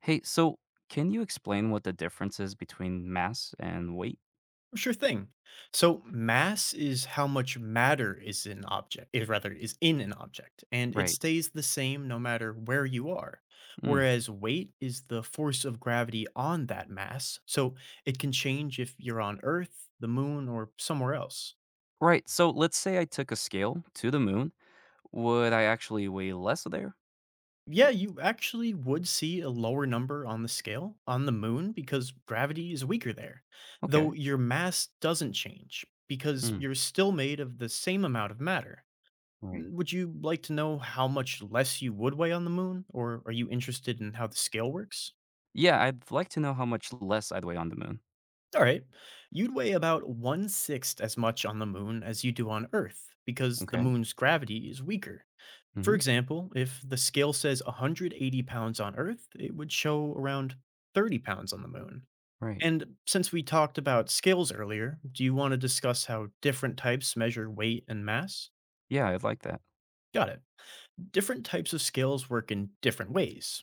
Hey, so can you explain what the difference is between mass and weight? Sure thing. So mass is how much matter is in an object, and it Right. stays the same no matter where you are. Mm. Whereas weight is the force of gravity on that mass, so it can change if you're on Earth, the moon, or somewhere else. Right. So let's say I took a scale to the moon. Would I actually weigh less there? Yeah, you actually would see a lower number on the scale on the moon because gravity is weaker there, though Okay. your mass doesn't change because Mm. you're still made of the same amount of matter. Right. Would you like to know how much less you would weigh on the moon, or are you interested in how the scale works? Yeah, I'd like to know how much less I'd weigh on the moon. All right, you'd weigh about one sixth as much on the moon as you do on Earth because the Okay. moon's gravity is weaker. For Hmm. example, if the scale says 180 pounds on Earth, it would show around 30 pounds on the moon. Right. And since we talked about scales earlier, do you want to discuss how different types measure weight and mass? Yeah, I'd like that. Got it. Different types of scales work in different ways.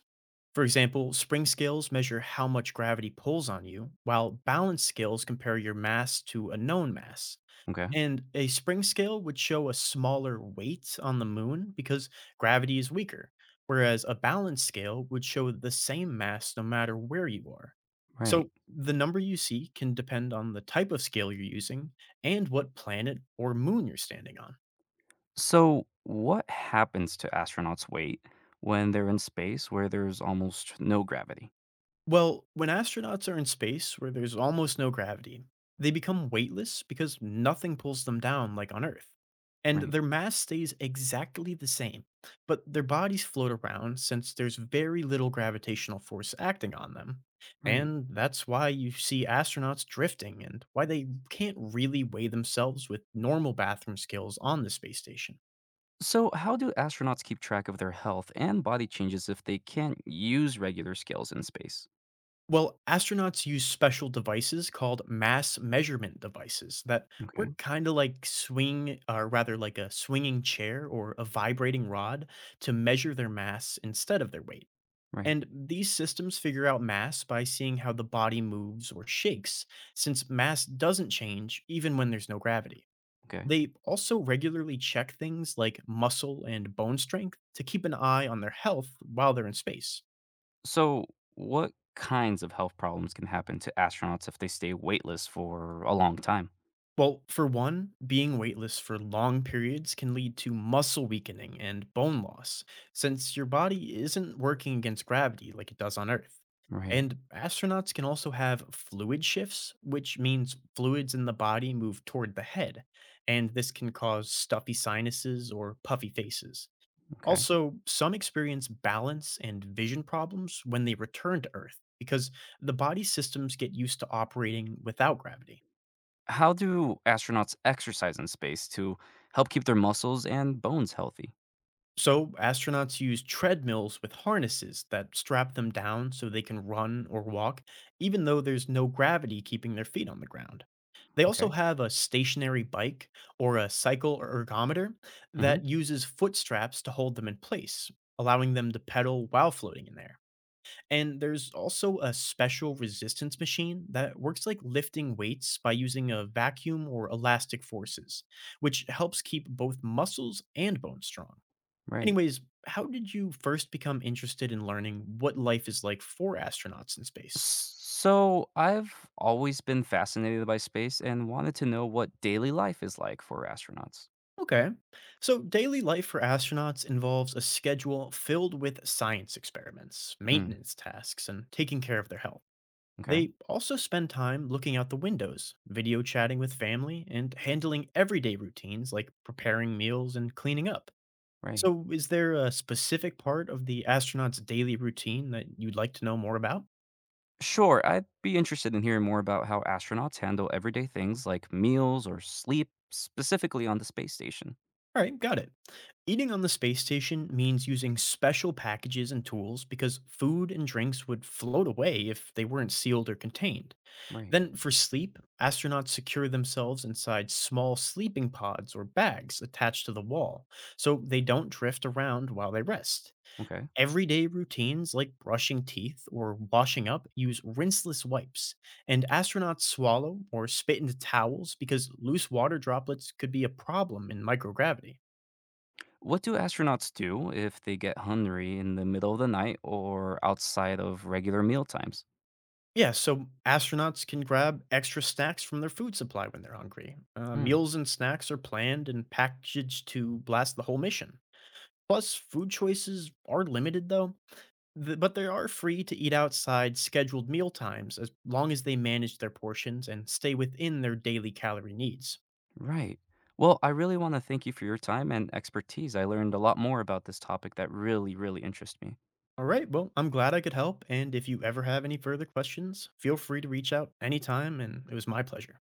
For example, spring scales measure how much gravity pulls on you, while balance scales compare your mass to a known mass. Okay. And a spring scale would show a smaller weight on the moon because gravity is weaker, whereas a balance scale would show the same mass no matter where you are. Right. So the number you see can depend on the type of scale you're using and what planet or moon you're standing on. So what happens to astronauts' weight when they're in space where there's almost no gravity? Well, when astronauts are in space where there's almost no gravity, they become weightless because nothing pulls them down like on Earth. And Right. their mass stays exactly the same, but their bodies float around since there's very little gravitational force acting on them. Right. And that's why you see astronauts drifting and why they can't really weigh themselves with normal bathroom skills on the space station. So, how do astronauts keep track of their health and body changes if they can't use regular scales in space? Well, astronauts use special devices called mass measurement devices that Okay. work like a swinging chair or a vibrating rod to measure their mass instead of their weight. Right. And these systems figure out mass by seeing how the body moves or shakes, since mass doesn't change even when there's no gravity. Okay. They also regularly check things like muscle and bone strength to keep an eye on their health while they're in space. So, what kinds of health problems can happen to astronauts if they stay weightless for a long time? Well, for one, being weightless for long periods can lead to muscle weakening and bone loss, since your body isn't working against gravity like it does on Earth. Right. And astronauts can also have fluid shifts, which means fluids in the body move toward the head, and this can cause stuffy sinuses or puffy faces. Okay. Also, some experience balance and vision problems when they return to Earth because the body systems get used to operating without gravity. How do astronauts exercise in space to help keep their muscles and bones healthy? So, astronauts use treadmills with harnesses that strap them down so they can run or walk, even though there's no gravity keeping their feet on the ground. They also Okay. have a stationary bike or a cycle ergometer Mhm. that uses foot straps to hold them in place, allowing them to pedal while floating in there. And there's also a special resistance machine that works like lifting weights by using a vacuum or elastic forces, which helps keep both muscles and bones strong. Right. Anyways, how did you first become interested in learning what life is like for astronauts in space? So, I've always been fascinated by space and wanted to know what daily life is like for astronauts. Okay. So, daily life for astronauts involves a schedule filled with science experiments, Mm, maintenance tasks, and taking care of their health. okay. They also spend time looking out the windows, video chatting with family, and handling everyday routines like preparing meals and cleaning up. Right. So, is there a specific part of the astronaut's daily routine that you'd like to know more about? Sure, I'd be interested in hearing more about how astronauts handle everyday things like meals or sleep, specifically on the space station. All right, got it. Eating on the space station means using special packages and tools because food and drinks would float away if they weren't sealed or contained. Right. Then, for sleep, astronauts secure themselves inside small sleeping pods or bags attached to the wall so they don't drift around while they rest. Okay. Everyday routines like brushing teeth or washing up use rinseless wipes, and astronauts swallow or spit into towels because loose water droplets could be a problem in microgravity. What do astronauts do if they get hungry in the middle of the night or outside of regular meal times? Yeah, so astronauts can grab extra snacks from their food supply when they're hungry. Hmm. Meals and snacks are planned and packaged to last the whole mission. Plus, food choices are limited though, but they are free to eat outside scheduled meal times as long as they manage their portions and stay within their daily calorie needs. Right. Well, I really want to thank you for your time and expertise. I learned a lot more about this topic that really, really interests me. All right, well, I'm glad I could help, and if you ever have any further questions, feel free to reach out anytime, and it was my pleasure.